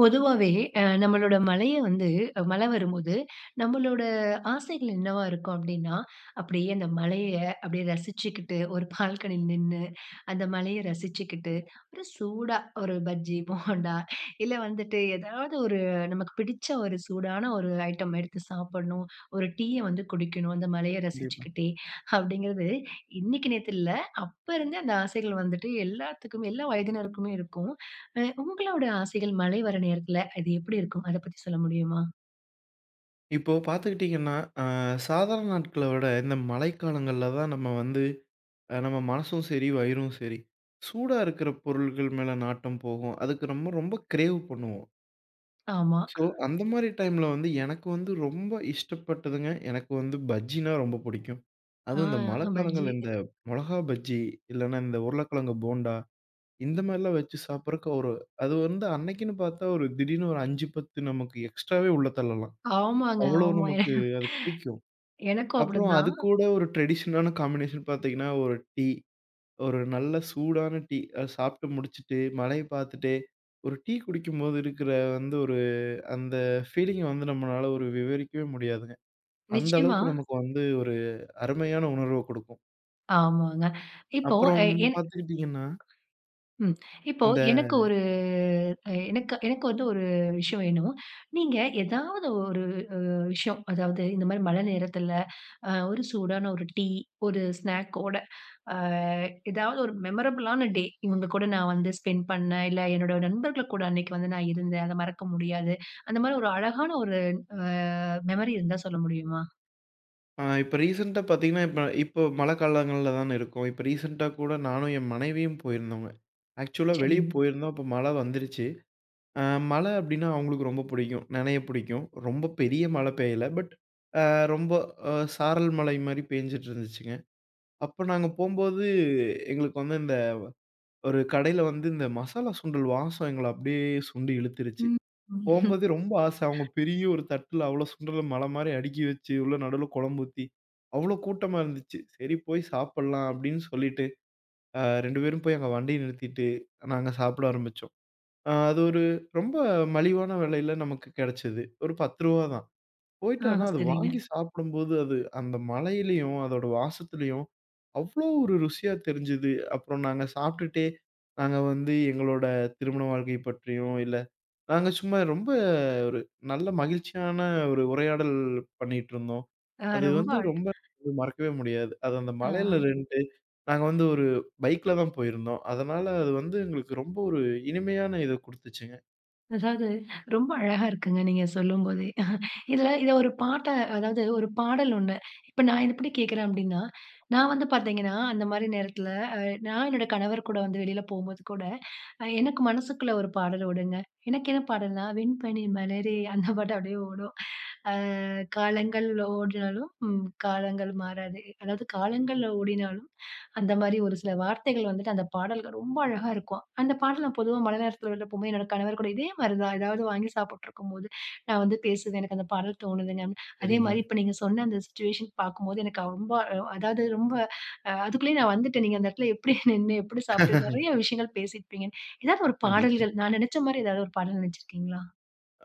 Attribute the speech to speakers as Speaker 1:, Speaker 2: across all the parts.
Speaker 1: பொதுவாவே நம்மளோட மலைய வந்து மழை வரும்போது, நம்மளோட ஆசைகள் என்னவா இருக்கும் அப்டின்னா, அப்டியே அந்த மலைய அப்டியே ரசிச்சுக்கிட்டு, ஒரு பால்கனில நின்னு, அந்த மலைய ரசிச்சுக்கிட்டு, ஒரு சூடா ஒரு பஜ்ஜி, போண்டா இல்ல வந்துட்டு ஏதாவது ஒரு நமக்கு பிடிச்ச ஒரு சூடான ஒரு ஐட்டம் எடுத்து சாப்பிடணும். ஒரு டீய வந்து குடிக்கணும், அந்த மலைய
Speaker 2: கண்டிப்பா.
Speaker 1: ரசிச்சுக்கிட்டே அப்டிங்கிறது, இன்னைக்கு நேத்து இல்ல. அப்ப இருந்தே அந்த ஆசைகள் வந்துட்டு எல்லாத்துக்குமே எல்லா வயதினருக்குமே இருக்கும். உங்களோட ஆசைகள் மழை வர நேரத்துல அது எப்படி இருக்கும்? அத பத்தி சொல்ல முடியுமா?
Speaker 2: இப்போ பார்த்துக்கிட்டீங்கன்னா, அ சாதாரண நாட்கள விட இந்த மழைக்காலங்கள்ல தான் நம்ம வந்து நம்ம மனசும் சரி, வயிறும் சரி, சூடா இருக்கிற பொருள்கள் மேல நாட்டம் போகும். அதுக்கு நம்ம ரொம்ப கிரேவ் பண்ணுவோம்.
Speaker 1: ஆமா.
Speaker 2: ஸோ, அந்த மாரி டைம்ல வந்து எனக்கு வந்து ரொம்ப இஷ்டப்பட்டதுங்க, எனக்கு வந்து பஜ்ஜின்னா ரொம்ப புடிக்கும். அதுவும் இந்த
Speaker 1: ஆ பஜ்ஜி.
Speaker 2: மழைக்காலங்கள்ல இந்த மொளகா பஜ்ஜி, இல்லன்னா இந்த உருளைக்கிழங்கு போண்டா, இந்த மாரிலாம் வச்சு சாப்பிடறக்கு ஒரு அது வந்து அன்னைக்குன்னு பார்த்தா ஒரு திடீர்னு ஒரு 5, 10 நமக்கு எக்ஸ்ட்ராவே உள்ள தள்ளலாம்.
Speaker 1: ஆமாங்க,
Speaker 2: அவ்வளோ
Speaker 1: ஆமா.
Speaker 2: நமக்கு அது பிடிக்கும்.
Speaker 1: எனக்கும்
Speaker 2: அப்புறம் அது
Speaker 1: அப்படிதான்.
Speaker 2: கூட ஒரு ட்ரெடிஷனான காம்பினேஷன் பார்த்தீங்கன்னா, ஒரு டீ. ஒரு நல்ல சூடான டீ. அத சாப்ட்டு முடிச்சுட்டு, மலைய பார்த்துட்டே, ஒரு டீ குடிக்கும்போது இருக்கிற வந்து ஒரு அந்த ஃபீலிங்க வந்து நம்மளால ஒரு விவரிக்கவே முடியாதுங்க. அந்த
Speaker 1: நிச்சயமா.
Speaker 2: அளவுக்கு நமக்கு வந்து ஒரு அருமையான உணர்வ குடுக்கும்.
Speaker 1: ஆமாங்க. இப்போ அ
Speaker 2: அப்புறம்
Speaker 1: என்
Speaker 2: பார்த்துக்கிட்டீங்கன்னா,
Speaker 1: ம். இப்போ
Speaker 2: இந்த
Speaker 1: எனக்கு ஒரு எனக்கு எனக்கு வந்து ஒரு விஷயம் வேணும். நீங்க ஏதாவது ஒரு விஷயம், அதாவது இந்த மாரி மழை நேரத்துல, ஒரு சூடான ஒரு டீ, ஒரு ஸ்நாக்கோட அ ஏதாவது ஒரு மெமரபிளான டே இவங்க கூட நான் வந்து ஸ்பெண்ட் பண்ணேன். இல்ல என்னோட நண்பர்கள் கூட அன்னைக்கு வந்து நான் இருந்தேன். அத மறக்க முடியாது. அந்த மாரி ஒரு அழகான ஒரு அ மெமரி இருந்தா சொல்ல முடியுமா?
Speaker 2: இப்ப ரீசென்ட்டா பார்த்தீங்கன்னா, இப்போ மழை காலங்கள்ல தான இருக்கோம். இப்ப ரீசென்ட்டா கூட நானும் என் மனைவியும் போயிருந்தோங்க. ஆக்சுவலா வெளிய
Speaker 1: சரிங்க.
Speaker 2: போயிருந்தோம். அப்ப மழை வந்துருச்சு. அ மழை அப்டின்னா அவங்களுக்கு ரொம்ப புடிக்கும். நனைய புடிக்கும். ரொம்ப பெரிய மழை பெய்யல. பட் அ ரொம்ப அ சாரல் மழை மாரி பேஞ்சுட்டு இருந்துச்சுங்க. அப்ப நாங்க போம்போது, எங்களுக்கு வந்து இந்த ஒரு கடையில வந்து இந்த மசாலா சுண்டல் வாசம் எங்கள அப்டியே சுண்டி இழுத்துருச்சு.
Speaker 1: ம். ம்.
Speaker 2: போம்போதே ரொம்ப ஆசை. அவங்க பெரிய ஒரு தட்டுல அவ்ளோ சுண்டல மலை மாரி அடுக்கி வச்சு, உள்ள நடுவுல குழம்பு ஊத்தி, அவ்ளோ கூட்டமா இருந்துச்சு. சரி போய் சாப்படலாம் அப்டின்னு சொல்லிட்டு, 2 பேரும் போய் அங்க வண்டிய நிறுத்திட்டு, நாங்க சாப்பிட ஆரம்பிச்சோம். அ அது ஒரு ரொம்ப மலிவான விலையில நமக்கு கிடைச்சது. ஒரு ரூ. 10 தான். போயிட்டு
Speaker 1: ஆ
Speaker 2: ஆனா அது
Speaker 1: சரிங்க.
Speaker 2: வாங்கி சாப்பிடும்போது, அது அந்த மழையிலயும், அதோட வாசத்துலயும் அவ்ளோ ஒரு ருசியா தெரிஞ்சது. அப்புறம் நாங்க சாப்பிட்டுட்டே, நாங்க வந்து எங்களோட திருமண வாழ்க்கை பற்றியும், இல்ல நாங்க சும்மா ரொம்ப ஒரு நல்ல மகிழ்ச்சியான ஒரு உரையாடல் பண்ணிட்டுருந்தோம்.
Speaker 1: ஆ
Speaker 2: அது
Speaker 1: ரொம்ப
Speaker 2: வந்து
Speaker 1: அழ
Speaker 2: ரொம்ப மறக்கவே முடியாது. அது அந்த
Speaker 1: ஆ.
Speaker 2: மலையில 2 நாங்க வந்து ஒரு பைக்ல தான் போயிருந்தோம். அதனால அது வந்து எங்களுக்கு ரொம்ப ஒரு இனிமையான இத குடுத்துச்சுங்க.
Speaker 1: அதாவது ரொம்ப அழகா இருக்குங்க நீங்க சொல்லும்போதே. இதுல இத ஒரு பாட்டா அதாவது ஒரு பாடல் ஒண்ணு. இப்ப நான் எப்படி கேட்கிறேன் அப்படின்னா, நான் வந்து பார்த்தீங்கன்னா, அந்த மாரி நேரத்துல அ நான் என்னோட கணவர் கூட வந்து வெளியில போம்போது கூட, எனக்கு மனசுக்குள்ள ஒரு பாடல் ஓடுங்க. எனக்கு என்ன பாடல்னா, "வெண்பனி மலரே" அந்த பாட்டு அப்படியே ஓடும். அ காலங்கள் ஓடினாலும், காலங்கள் மாறாது. அதாவது காலங்கள் ஓடினாலும் அந்த மாரி ஒரு சில வார்த்தைகள் வந்துட்டு அந்த பாடல்கள் ரொம்ப அழகா இருக்கும். அந்த பாடல் நான் பொதுவா மழை நேரத்துல வெளில போம்போது என்னோட கணவர் கூட இதே மாரி தான். ஏதாவது வாங்கி சாப்பிட்டுருக்கும்போது, நான் வந்து பேசுவேன். எனக்கு அந்த பாடல் தோணுதுங்க. அதே
Speaker 2: சரிங்க.
Speaker 1: மாரி இப்ப நீங்க சொன்ன அந்த சிச்சுவேஷன் பார்க்கும்போது எனக்கு ரொம்ப அதாவது ரொம்ப அதுக்குள்ளேயே நான் வந்துட்டேன். நீங்க அந்த இடத்துல எப்படி நின்னு, எப்படி சாப்பிட்டு நெறைய விஷயங்கள் பேசியிருப்பீங்க. ஏதாவது ஒரு
Speaker 2: கண்டிப்பா.
Speaker 1: பாடல்கள் நான் நெனச்ச மாரி ஏதாவது ஒரு பாடல் நெனச்சிருக்கீங்களா?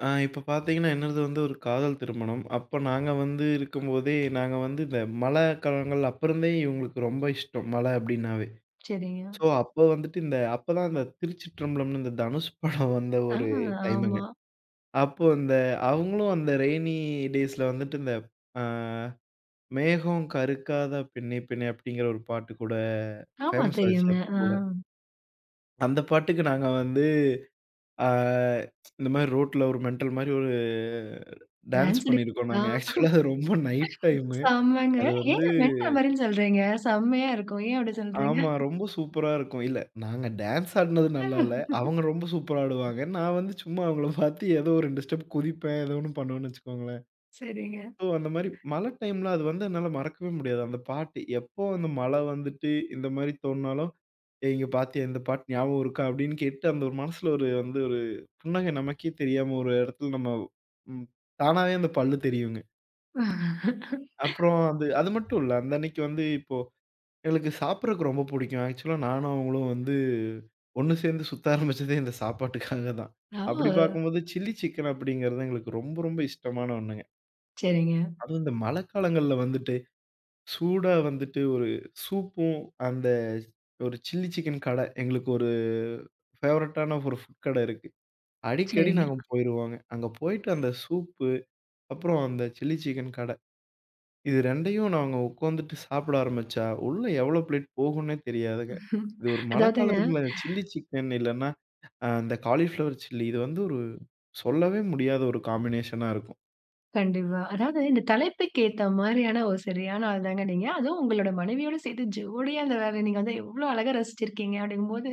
Speaker 2: இப்ப பார்த்தீங்கன்னா, என்னது வந்து ஒரு காதல் திருமணம். அப்ப நாங்க வந்து இருக்கும்போதே, நாங்க வந்து இந்த மலை காலங்கள் அப்பருந்தே இவங்களுக்கு ரொம்ப இஷ்டம். மலை அப்டின்னாவே.
Speaker 1: சரிங்க.
Speaker 2: ஸோ, அப்ப வந்துட்டு இந்த அப்பதான் இந்த திருச்சிற்றம்பலம்னு இந்த தனுஷ் படம் வந்த
Speaker 1: ஆ
Speaker 2: ஒரு டைமுங்க.
Speaker 1: ஆமா.
Speaker 2: அப்போ இந்த அவங்களும் அந்த ரெய்னி டேஸ்ல வந்துட்டு இந்த ஆ "மேகம் கருக்காத பெண்ணே பெண்ணே" அப்டிங்கிற ஒரு பாட்டு கூட
Speaker 1: ஆமா
Speaker 2: ஃபேமஸ் ஆச்சு
Speaker 1: தெரியுங்க. ஆ
Speaker 2: அப்போ. அந்த பாட்டுக்கு நாங்க வந்து ஆ இந்த மாரி ரோட்ல ஒரு மெண்டல் மாரி ஒரு
Speaker 1: டான்ஸ்
Speaker 2: டான்ஸ்
Speaker 1: ஆடி
Speaker 2: பண்ணியிருக்கோம் நாங்க. ஆக்சுவலா அது ரொம்ப நைட் டைமு.
Speaker 1: செம்மங்க.
Speaker 2: அது வந்து
Speaker 1: ஏங்க மென்டல் மாரின்னு சொல்றீங்க? செம்மையா இருக்கும். ஏன் அப்படி சொல்றீங்க?
Speaker 2: ஆமா. ரொம்ப சூப்பரா இருக்கும். இல்ல, நாங்க டான்ஸ் ஆடுனது நல்லா இல்ல. அவங்க ரொம்ப சூப்பரா ஆடுவாங்க. நான் வந்து சும்மா அவங்கள பார்த்து ஏதோ ஒரு 2 ஸ்டெப் குதிப்பேன். ஏதோ ஒண்ணு பண்ணுவேன்னு வச்சுக்கோங்களேன்.
Speaker 1: சரிங்க.
Speaker 2: ஸோ அந்த மாரி மழை டைம்ல அது வந்து என்னால மறக்கவே முடியாது. அந்த பாட்டு எப்போ அந்த மழை வந்துட்டு இந்த மாரி தோணுனாலும், "ஏய் இங்க பாத்தியா இந்த பாட்டு ஞாபகம் இருக்கா?" அப்படின்னு கேட்டு அந்த ஒரு மனசுல ஒரு வந்து ஒரு புன்னகை நமக்கே தெரியாம ஒரு இடத்துல நம்ம ம் தானாவே அந்த பல்லு தெரியுங்க. அப்புறம் அது அது மட்டும் இல்ல. அந்த அன்னைக்கு வந்து இப்போ எங்களுக்கு சாப்பிடறக்கு ரொம்ப புடிக்கும். ஆக்சுவலா நானும் அவங்களும் வந்து ஒண்ணு சேர்ந்து சுத்த ஆரம்பிச்சதே இந்த சாப்பாட்டுக்காக தான். அப்படி
Speaker 1: ஓ!
Speaker 2: பார்க்கும்போது சில்லி சிக்கன் அப்படிங்கிறது எங்களுக்கு ரொம்ப ரொம்ப இஷ்டமான ஒண்ணுங்க.
Speaker 1: சரிங்க,
Speaker 2: அதுவும் இந்த மழைக்காலங்கள்ல வந்துட்டு சூடா வந்துட்டு ஒரு சூப்பும், அந்த ஒரு சில்லி சிக்கன் கட. எங்களுக்கு ஒரு ஃபேவரட்டான ஒரு ஃபுட் கட இருக்கு. அடிக்கடி
Speaker 1: சரிங்க.
Speaker 2: நாங்க போயிருவோங்க. அங்க போயிட்டு அந்த சூப்பு, அப்புறம் அந்த சில்லி சிக்கன் கட. இது 2யும் நாங்க உட்காந்துட்டு சாப்பிட ஆரம்பிச்சா, உள்ள எவ்வளோ பிளேட் போகும்னே தெரியாதுங்க. இது ஒரு
Speaker 1: அதாவதுங்க
Speaker 2: மழைக்காலத்துக்குள்ள சில்லி சிக்கன் இல்லன்னா, இந்த காலிஃப்ளவர் சில்லி இது வந்து ஒரு சொல்லவே முடியாத ஒரு காம்பினேஷனா இருக்கும்.
Speaker 1: கண்டிப்பா. அதாவது இந்த தலைப்புக்கு ஏத்த மாரியான ஒரு சரியான ஆள் தாங்க நீங்க. அதுவும் உங்களோட மனைவியோட சேர்த்து ஜோடியா அந்த வேலைய நீங்க வந்து எவ்வளோ அழகா ரசிச்சிருக்கீங்க அப்படிங்கும்போது,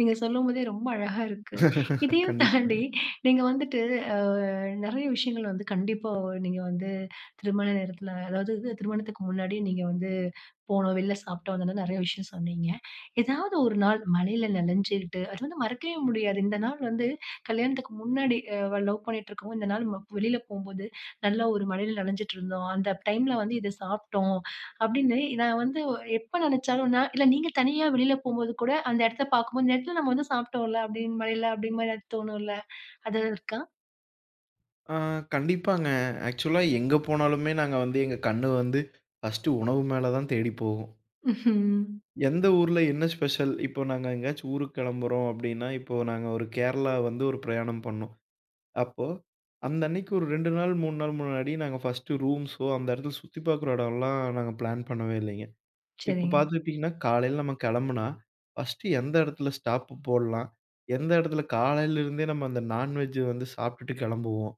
Speaker 1: நீங்க சொல்லும்போதே ரொம்ப அழகா இருக்கு. இதையும்
Speaker 2: கண்டிப்பா.
Speaker 1: தாண்டி நீங்க வந்துட்டு அ நெறைய விஷயங்கள் வந்து கண்டிப்பா நீங்க வந்து திருமண நேரத்துல, அதாவது இது திருமணத்துக்கு முன்னாடி நீங்க வந்து போனோம், வெளில சாப்பிட்டோம். அந்த மாரி நெறைய விஷயம் சொன்னீங்க. ஏதாவது ஒரு நாள் மழையில நனஞ்சுகிட்டு, அது வந்து மறக்கவே முடியாது. இந்த நாள் வந்து கல்யாணத்துக்கு முன்னாடி லவ் பண்ணிட்டு இருக்கும்போது, இந்த நாள் வெளில போம்போது, நல்லா ஒரு மழையில நனஞ்சுட்டு இருந்தோம். அந்த டைம்ல வந்து இத சாப்பிட்டோம் அப்படின்னு நான் வந்து எப்ப நெனச்சாலும் நான் இல்ல நீங்க தனியா வெளில போம்போது கூட அந்த இடத்த பார்க்கும்போது, இந்த இடத்துல நம்ம வந்து சாப்பிட்டோம்ல அப்படின்னு மழையில அப்படிங்கிற மாரி ஏதாவது தோணும்ல? அது இருக்கா?
Speaker 2: ஆ கண்டிப்பாங்க. ஆக்சுவலா எங்க போனாலுமே நாங்க வந்து எங்க கண்ணு வந்து ஃபர்ஸ்ட்டு உணவு மேல தான் தேடி போகும்.
Speaker 1: ம்ஹ்ம்.
Speaker 2: எந்த ஊர்ல என்ன ஸ்பெஷல்? இப்போ நாங்க எங்கேயாச்சும் ஊருக்கு கிளம்புறோம் அப்படின்னா, இப்போ நாங்க ஒரு கேரளா வந்து ஒரு பிரயாணம் பண்ணோம். அப்போ அந்த அன்னைக்கு ஒரு 2 நாள், 3 நாள் முன்னாடி நாங்க ஃபர்ஸ்ட்டு ரூம்ஸோ, அந்த இடத்துல சுத்தி பார்க்குற இடம்லாம் நாங்க பிளான் பண்ணவே இல்லைங்க. இப்போ
Speaker 1: சரிங்க.
Speaker 2: பார்த்துக்கிட்டிங்கன்னா, காலையில நம்ம கிளம்புனா, ஃபர்ஸ்ட்டு எந்த இடத்துல ஸ்டாப்பு போடலாம்? எந்த இடத்துல காலையில இருந்தே நம்ம அந்த நான்வெஜ் வந்து சாப்பிட்டுட்டு கிளம்புவோம்?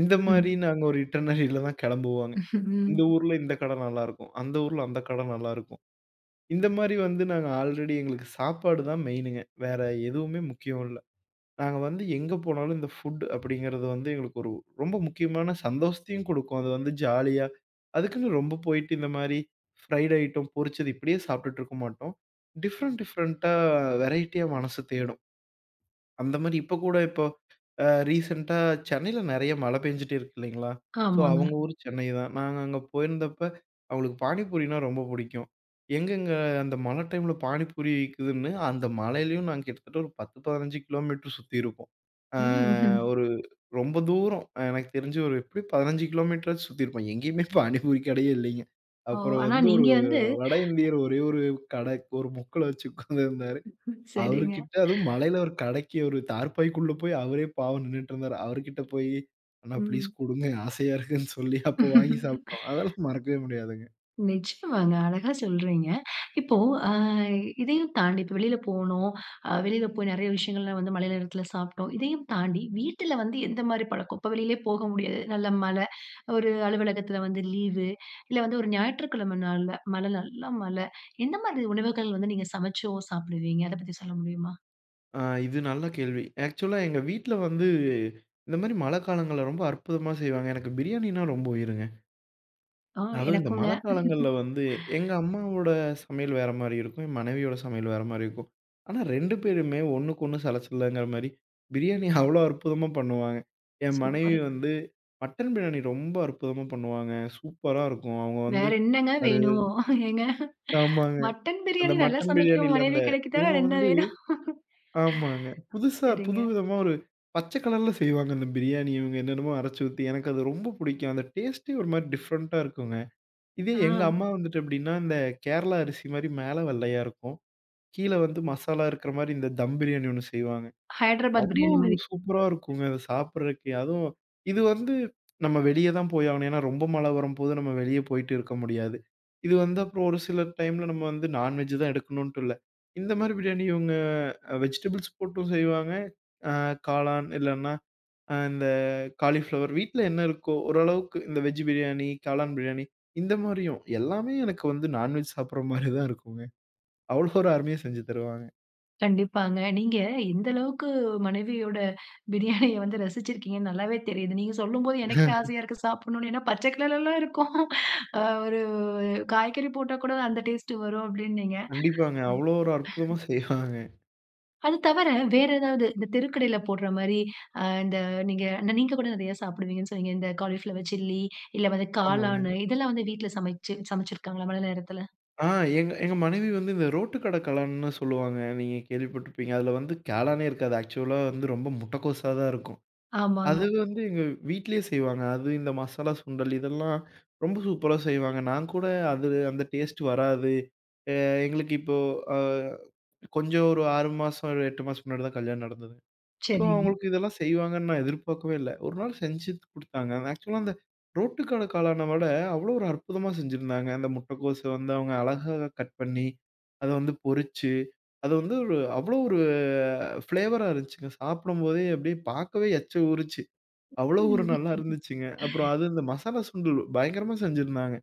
Speaker 2: இந்த மாரி
Speaker 1: ம்.
Speaker 2: நாங்க ஒரு இட்டர்னரில தான் கெளம்புவாங்க.
Speaker 1: ம்.
Speaker 2: இந்த ஊர்ல இந்த கடை நல்லாருக்கும். அந்த ஊர்ல அந்த கடை நல்லாருக்கும். இந்த மாரி வந்து நாங்க ஆல்ரெடி எங்களுக்கு சாப்பாடு தான் மெயினுங்க. வேற எதுவுமே முக்கியம் இல்ல. நாங்க வந்து எங்க போனாலும் இந்த ஃபுட் அப்படிங்கிறது வந்து எங்களுக்கு ஒரு ரொம்ப முக்கியமான சந்தோஷத்தையும் குடுக்கும். அது வந்து ஜாலியா அதுக்குன்னு ரொம்ப போயிட்டு இந்த மாரி ஃப்ரைட் ஐட்டம், பொரிச்சது இப்படியே சாப்பிட்டுட்டு இருக்க மாட்டோம். டிஃபரண்ட் டிஃபரண்ட்டா வெரைட்டியா மனசு தேடும். அந்த மாரி இப்ப கூட இப்போ ரீசென்ட்டா சென்னையில நெறைய மழை பெஞ்சுட்டு இருக்கு இல்லைங்களா? ஸோ
Speaker 1: ஆமாங்க.
Speaker 2: அவங்க ஊர் சென்னை தான். நாங்க அங்க போயிருந்தப்ப அவங்களுக்கு பானிபூரினா ரொம்ப புடிக்கும். எங்கங்க அந்த மழை டைம்ல பானிபூரி விக்குதுன்னு, அந்த மலையிலயும் நாங்க கிட்டத்தட்ட ஒரு 10, 15 கிலோமீட்டர் சுத்தியிருப்போம். ஆ
Speaker 1: ம்.
Speaker 2: ஒரு ரொம்ப தூரம் எனக்கு தெரிஞ்சு ஒரு எப்படியும் 15 கிலோமீட்டராச்சும் சுத்தியிருப்போம். எங்கேயுமே பானிபூரி கடையே இல்லைங்க.
Speaker 1: ஓ!
Speaker 2: அப்புறம்
Speaker 1: ஆனா
Speaker 2: வந்து ஒரு
Speaker 1: நீங்க வந்து
Speaker 2: வட இந்தியர் ஒரே ஒரு கடை ஒரு முக்குல வச்சு உட்கார்ந்திருந்தாரு.
Speaker 1: சரிங்க.
Speaker 2: அவருகிட்ட அதுவும் மழையில ஒரு கடைக்கு ஒரு தார்ப்பாய்க்குள்ள போய் அவரே பாவம் நின்னுட்டு இருந்தாரு. அவர்கிட்ட போய், "அண்ணா ப்ளீஸ்
Speaker 1: ம்.
Speaker 2: குடுங்க. ஆசையா இருக்குன்னு" சொல்லி அப்போ வாங்கி சாப்பிட்டோம். அதெல்லாம் மறக்கவே முடியாதுங்க.
Speaker 1: நிச்சயமாங்க. அழகா சொல்றீங்க. இப்போ அ இதையும் தாண்டி இப்ப வெளியில போனோம். வெளியில போய் நெறைய விஷயங்கள்லாம் வந்து மழை நேரத்துல சாப்பிட்டோம். இதையும் தாண்டி வீட்ல வந்து எந்த மாரி பழக்கம்? இப்ப வெளியிலே போக முடியாது. நல்ல மழை, ஒரு அலுவலகத்துல வந்து லீவு, இல்ல வந்து ஒரு ஞாயிற்றுக்கிழமை நாள்ல மழை, நல்லா மழை. எந்த மாதிரி உணவுகள் வந்து நீங்க சமைச்சோ சாப்பிடுவீங்க? அத பத்தி சொல்ல முடியுமா?
Speaker 2: ஆ இது நல்ல கேள்வி. ஆக்சுவலா எங்க வீட்ல வந்து இந்த மாரி மழை காலங்கள்ல ரொம்ப அற்புதமா செய்வாங்க. எனக்கு பிரியாணின்னா ரொம்ப உயிருங்க.
Speaker 1: ஆ
Speaker 2: அதுவும் இந்த
Speaker 1: எனக்குங்க.
Speaker 2: மழைக்காலங்கள்ல வந்து எங்க அம்மாவோட சமையல் வேற மாரி இருக்கும். என் மனைவியோட சமையல் வேற மாரி இருக்கும். ஆனா 2 பேருமே ஒண்ணுக்கு ஒண்ணு சலச்சல்லங்கிற மாரி பிரியாணி அவ்ளோ அற்புதமா பண்ணுவாங்க. என் மனைவி
Speaker 1: சூப்பர்.
Speaker 2: வந்து மட்டன் பிரியாணி ரொம்ப அற்புதமா பண்ணுவாங்க. சூப்பரா இருக்கும். அவங்க வந்து
Speaker 1: வேற என்னங்க
Speaker 2: அது
Speaker 1: வேணும்? எங்க
Speaker 2: ஆமாங்க.
Speaker 1: மட்டன்
Speaker 2: அந்த
Speaker 1: பிரியாணி நல்லா
Speaker 2: மட்டன்
Speaker 1: சமைக்கிற
Speaker 2: பிரியாணில
Speaker 1: மனைவி
Speaker 2: அந்த
Speaker 1: கிடைக்குதா?
Speaker 2: இவங்க
Speaker 1: 2
Speaker 2: வந்து
Speaker 1: வேணும்.
Speaker 2: ஆமாங்க. புதுசா
Speaker 1: சரிங்க.
Speaker 2: புதுவிதமா ஒரு பச்சை கலர்ல செய்வாங்க அந்த பிரியாணி. இவங்க என்னென்னமோ அரைச்சு ஊத்தி எனக்கு அது ரொம்ப பிடிக்கும். அந்த டேஸ்ட்டே ஒரு மாரி டிஃப்ரெண்ட்டா இருக்குங்க. இதே எங்க
Speaker 1: ஆ
Speaker 2: அம்மா வந்துட்டு எப்படின்னா, இந்த கேரளா அரிசி மாரி மேல வெள்ளையா இருக்கும். கீழ வந்து மசாலா இருக்கிற மாரி இந்த தம் பிரியாணி ஒண்ணு செய்வாங்க.
Speaker 1: ஹைதராபாத்
Speaker 2: அவ்ளோ
Speaker 1: பிரியாணி மாரி.
Speaker 2: ஒரு சூப்பரா இருக்குங்க அத சாப்பிடுறதுக்கே. அதுவும் இது வந்து நம்ம வெளிய தான் போய் ஆகணும். ஏன்னா ரொம்ப மழை வரும்போது நம்ம வெளிய போயிட்டு இருக்க முடியாது. இது வந்து அப்புறம் ஒரு சில டைம்ல நம்ம வந்து நான்வெஜ் தான் எடுக்கணுன்ட்டு இல்ல. இந்த மாரி பிரியாணி இவங்க வெஜிடபிள்ஸ் போட்டும் செய்வாங்க. அ காளான் இல்லன்னா இந்த காலிஃப்ளவர் வீட்ல என்ன இருக்கோ, ஓரளவுக்கு இந்த வெஜ் பிரியாணி, காளான் பிரியாணி இந்த மாரியும் எல்லாமே எனக்கு வந்து நான்வெஜ் சாப்பிடுற மாரி தான் இருக்குங்க. அவ்வளோ ஒரு அருமையா செஞ்சு தருவாங்க.
Speaker 1: கண்டிப்பாங்க. நீங்க எந்த அளவுக்கு மனைவியோட பிரியாணிய வந்து ரசிச்சிருக்கீங்கன்னு நல்லாவே தெரியுது. நீங்க சொல்லும்போது எனக்கே ஆசையா இருக்கு சாப்பிடணும்னு. ஏன்னா பச்சை கலர்லலாம் இருக்கும். ஒரு காய்கறி போட்டா கூட அந்த டேஸ்ட் வரும் அப்டின்னீங்க.
Speaker 2: கண்டிப்பாங்க. அவ்வளோ ஒரு அற்புதமா செய்வாங்க.
Speaker 1: அது தவிர வேற ஏதாவது இந்த தெருக்கடையில போடுற மாரி இந்த நீங்க நீங்க கூட நெறைய சாப்பிடுவீங்கன்னு சொன்னீங்க. இந்த காலிஃப்ளவர் சில்லி, இல்ல வந்து
Speaker 2: ஆமாங்க.
Speaker 1: காளானு இதெல்லாம் வந்து வீட்ல சமைச்சிருக்காங்களா மழை நேரத்துல?
Speaker 2: ஆ எங்க எங்க மனைவி வந்து இந்த ரோட்டு கட காளான்னு சொல்லுவாங்க. நீங்க கேள்விப்பட்டுருப்பீங்க. அதுல வந்து காளானே இருக்காது. ஆக்சுவலா வந்து ரொம்ப முட்டக்கோஸா தான் இருக்கும்.
Speaker 1: ஆமாங்க.
Speaker 2: அது வந்து எங்க வீட்லயே செய்வாங்க. அது இந்த மசாலா சுண்டல் இதெல்லாம் ரொம்ப சூப்பரா செய்வாங்க. நான் கூட அது அந்த டேஸ்ட் வராது. அ எங்களுக்கு இப்போ அ கொஞ்சம் ஒரு 6 மாசம், ஒரு 8 மாசம் முன்னாடி தான் கல்யாணம் நடந்தது. ஸோ,
Speaker 1: சரிங்க.
Speaker 2: அவங்களுக்கு இதெல்லாம் செய்வாங்கன்னு நான் எதிர்பார்க்கவே இல்ல. ஒரு நாள் செஞ்சு குடுத்தாங்க. ஆக்சுவலா அந்த ரோட்டு கடை காளான விட அவ்வளோ ஒரு அற்புதமா செஞ்சிருந்தாங்க. அந்த முட்டைக்கோஸ வந்து அவங்க அழகா கட் பண்ணி, அத வந்து பொரிச்சு, அது வந்து ஒரு அவ்வளோ ஒரு ஃப்ளேவரா இருந்துச்சுங்க. சாப்பிடும்போதே அப்படியே பார்க்கவே எச்ச ஊறுச்சு. அவ்வளோ ஒரு
Speaker 1: ம்.
Speaker 2: நல்லா இருந்துச்சுங்க. அப்புறம் அது இந்த மசாலா சுண்டல் பயங்கரமா செஞ்சிருந்தாங்க.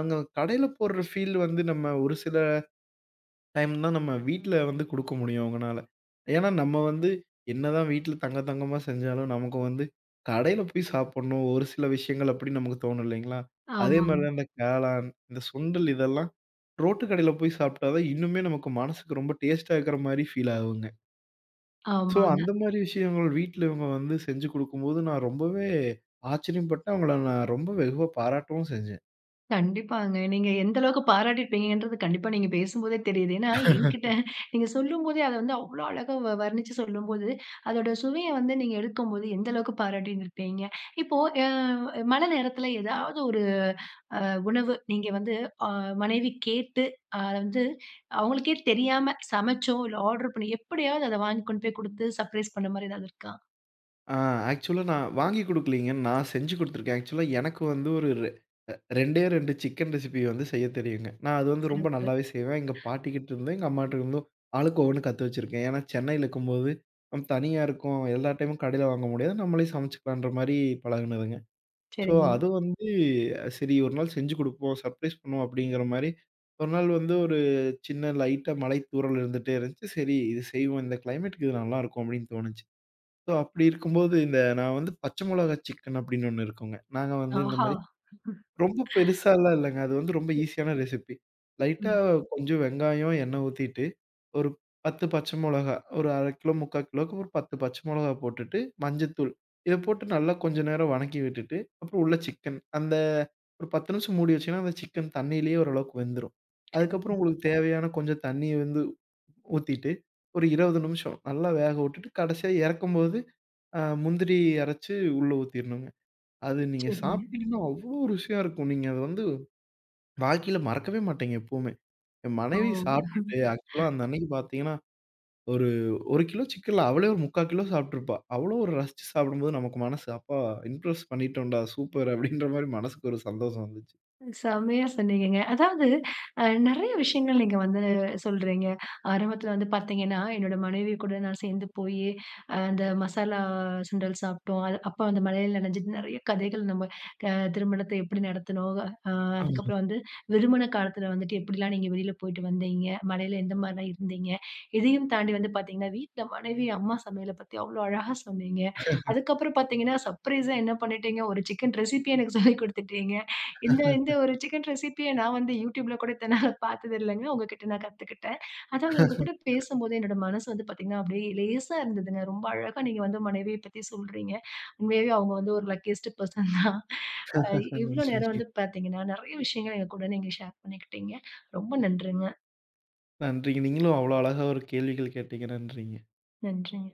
Speaker 2: அங்க கடையில போடுற ஃபீல் வந்து நம்ம ஒரு சில டைம் தான் நம்ம வீட்ல வந்து குடுக்க முடியும் அவங்கனால. ஏன்னா நம்ம வந்து என்னதான் வீட்ல தங்க தங்கமா செஞ்சாலும் நமக்கு வந்து கடையில போய் சாப்பிடணும் ஒரு சில விஷயங்கள் அப்படி நமக்கு தோணும் இல்லைங்களா? அதே
Speaker 1: ஆமாங்க,
Speaker 2: மாரி தான் இந்த காளான், இந்த சுண்டல் இதெல்லாம் ரோட்டு கடையில போய் சாப்பிட்டா தான் இன்னுமே நமக்கு மனசுக்கு ரொம்ப டேஸ்ட்டா இருக்கிற மாரி ஃபீல் ஆகுங்க. ஸோ,
Speaker 1: ஆமாங்க.
Speaker 2: அந்த மாரி விஷயங்கள் வீட்ல இவங்க வந்து செஞ்சு குடுக்கும்போது, நான் ரொம்பவே ஆச்சரியப்பட்டேன். அவங்கள நான் ரொம்ப வெகுவா பாராட்டவும் செஞ்சேன்.
Speaker 1: கண்டிப்பாங்க. நீங்க எந்த அளவுக்கு பாராட்டியிருப்பீங்கன்றது கண்டிப்பா நீங்க பேசும்போதே தெரியுது. ஏன்னா, என்கிட்ட நீங்க சொல்லும்போதே அத வந்து அவ்ளோ அழகா வர்ணிச்சு சொல்லும்போது, அதோட சுவைய வந்து நீங்க எடுக்கும்போது எந்த அளவுக்கு பாராட்டியிருப்பீங்க. இப்போ அ மழை நேரத்துல ஏதாவது ஒரு அ உணவு நீங்க வந்து அ மனைவி கேட்டு அத வந்து அவங்களுக்கே தெரியாம சமைச்சோ, இல்ல ஆர்டர் பண்ணி எப்படியாவது அத வாங்கி கொண்டு போய் குடுத்து சர்ப்ரைஸ் பண்ண மாரி ஏதாவது இருக்கா?
Speaker 2: ஆ ஆக்சுவலா நான் வாங்கி குடுக்கலீங்க. நான் செஞ்சு குடுத்துருக்கேன். ஆக்சுவலா எனக்கு வந்து ஒரு ரெ அ 2டே 2 சிக்கன் ரெசிபி வந்து செய்ய தெரியுங்க. நான் அது வந்து ரொம்ப
Speaker 1: சிறப்பு.
Speaker 2: நல்லாவே செய்வேன். எங்க பாட்டிக்கிட்ட இருந்தும், எங்க அம்மாட்ட இருந்தும் ஆளுக்கு ஒவ்வொன்னு கத்து வச்சிருக்கேன். ஏன்னா சென்னையில இருக்கும்போது, நம்ம தனியா இருக்கோம். எல்லா டைமும் கடையில வாங்க முடியாது. நம்மளே சமைச்சுக்கலான்ற மாரி பழகுனதுங்க. ஸோ,
Speaker 1: சரிங்க.
Speaker 2: அது வந்து சரி ஒரு நாள் செஞ்சு குடுப்போம், சர்ப்ரைஸ் பண்ணுவோம் அப்படிங்கிற மாரி, ஒரு நாள் வந்து ஒரு சின்ன லைட்டா மழை தூறல் இருந்துட்டே இருந்துச்சு. சரி இது செய்வோம். இந்த கிளைமேட்டுக்கு இது நல்லாருக்கும் அப்படின்னு தோணுச்சு. ஸோ, அப்படி இருக்கும்போது இந்த நான் வந்து பச்சை மொளகா சிக்கன் அப்படின்னு ஒண்ணு இருக்குங்க. நாங்க வந்து இந்த
Speaker 1: ஆஹா!
Speaker 2: மாரி ரொம்ப பெருசாலாம் இல்லங்க. அது வந்து ரொம்ப ஈஸியான ரெசிபி. லைட்டா
Speaker 1: ம்.
Speaker 2: கொஞ்சம் வெங்காயம், எண்ணெய் ஊத்திட்டு, ஒரு 10 பச்சை மொளகா, ஒரு 1/2 கிலோ, 3/4 கிலோவுக்கு ஒரு 10 பச்சை மொளகா போட்டுட்டு, மஞ்சத்தூள் இத போட்டு நல்லா கொஞ்ச நேரம் வணக்கி விட்டுட்டு, அப்புறம் உள்ள சிக்கன் அந்த ஒரு 10 நிமிஷம் மூடி வச்சீங்கன்னா, அந்த சிக்கன் தண்ணியிலேயே ஓரளவுக்கு வெந்துரும்.
Speaker 1: சரிங்க,
Speaker 2: அதுக்கப்புறம் உங்களுக்கு தேவையான கொஞ்சம் தண்ணிய வந்து ஊத்திட்டு, ஒரு 20 நிமிஷம் நல்லா வேக விட்டுட்டு, கடைசியா இறக்கும்போது முந்திரி அரைச்சு உள்ள ஊத்திரணுங்க. அது நீங்க
Speaker 1: சரிங்க.
Speaker 2: சாப்பிட்டீங்கன்னா, அவ்ளோ ருசியா இருக்கும். நீங்க அத வந்து வாழ்க்கையில மறக்கவே மாட்டேங்க எப்பவுமே. என்
Speaker 1: ஓ!
Speaker 2: மனைவி சாப்பிட்டுட்டு ஆக்சுவலா அந்த அன்னைக்கு பார்த்தீங்கன்னா, ஒரு 1 கிலோ சிக்கன்ல அவளே ஒரு 3/4 கிலோ சாப்பிட்டுருப்பா. அவ்வளோ ஒரு ரசிச்சு சாப்பிடும்போது நமக்கு மனசு அப்பா இம்ப்ரெஸ் பண்ணிட்டோம்டா சூப்பர் அப்படின்ற மாரி மனசுக்கு ஒரு சந்தோஷம் வந்துச்சு.
Speaker 1: செம்மையா சொன்னீங்கங்க. அதாவது நெறைய விஷயங்கள் நீங்க வந்து சொல்றீங்க. ஆரம்பத்துல வந்து பாத்தீங்கன்னா, என்னோட மனைவி கூட நான் சேர்ந்து போயி, அந்த மசாலா சுண்டல் சாப்பிட்டோம். அது அப்ப அந்த மழையில நனைஞ்சிட்டு நெறைய கதைகள் நம்ம க திருமணத்தை எப்படி நடத்தினோம். அ
Speaker 2: ஆமா.
Speaker 1: அதுக்கப்புறம் வந்து விருமண காலத்துல வந்துட்டு எப்படிலாம் நீங்க வெளியில போயிட்டு வந்தீங்க, மழையில எந்த மாரிலாம் இருந்தீங்க. இதையும் தாண்டி வந்து பாத்தீங்கன்னா, வீட்ல மனைவி, அம்மா சமையல பத்தி அவ்ளோ அழகா சொன்னீங்க. அதுக்கப்புறம் பாத்தீங்கன்னா, சர்ப்ரைஸா என்ன பண்ணிட்டீங்க, ஒரு சிக்கன் ரெசிபிய எனக்கு சொல்லிக் குடுத்துட்டீங்க. இந்த இந்த ஒரு சிக்கன் ரெசிபிய நான் வந்து YouTubeல கூட இத்தனால பார்த்தது இல்லங்க. உங்ககிட்ட நான் கத்துக்கிட்டேன். அதான் உங்க கூட பேசும்போது என்னோட மனசு வந்து பார்த்தீங்கன்னா, அப்படியே லேசா இருந்ததுங்க. ரொம்ப அழகா நீங்க வந்து மனைவிய பத்தி சொல்றீங்க. உண்மையாவே அவங்க வந்து ஒரு லக்கியஸ்ட் பெர்சன் தான். அ
Speaker 2: கண்டிப்பா.
Speaker 1: இவ்ளோ நேரம் வந்து
Speaker 2: நன்றிங்க.
Speaker 1: பார்த்தீங்கன்னா, நெறைய விஷயங்கள் எங்க கூட நீங்க ஷேர் பண்ணிக்கிட்டீங்க. ரொம்ப நன்றிங்க.
Speaker 2: நன்றிங்க. நீங்களும் அவ்வளோ அழகா ஒரு கேள்விகள் கேட்டீங்க. நன்றிங்க.
Speaker 1: நன்றிங்க.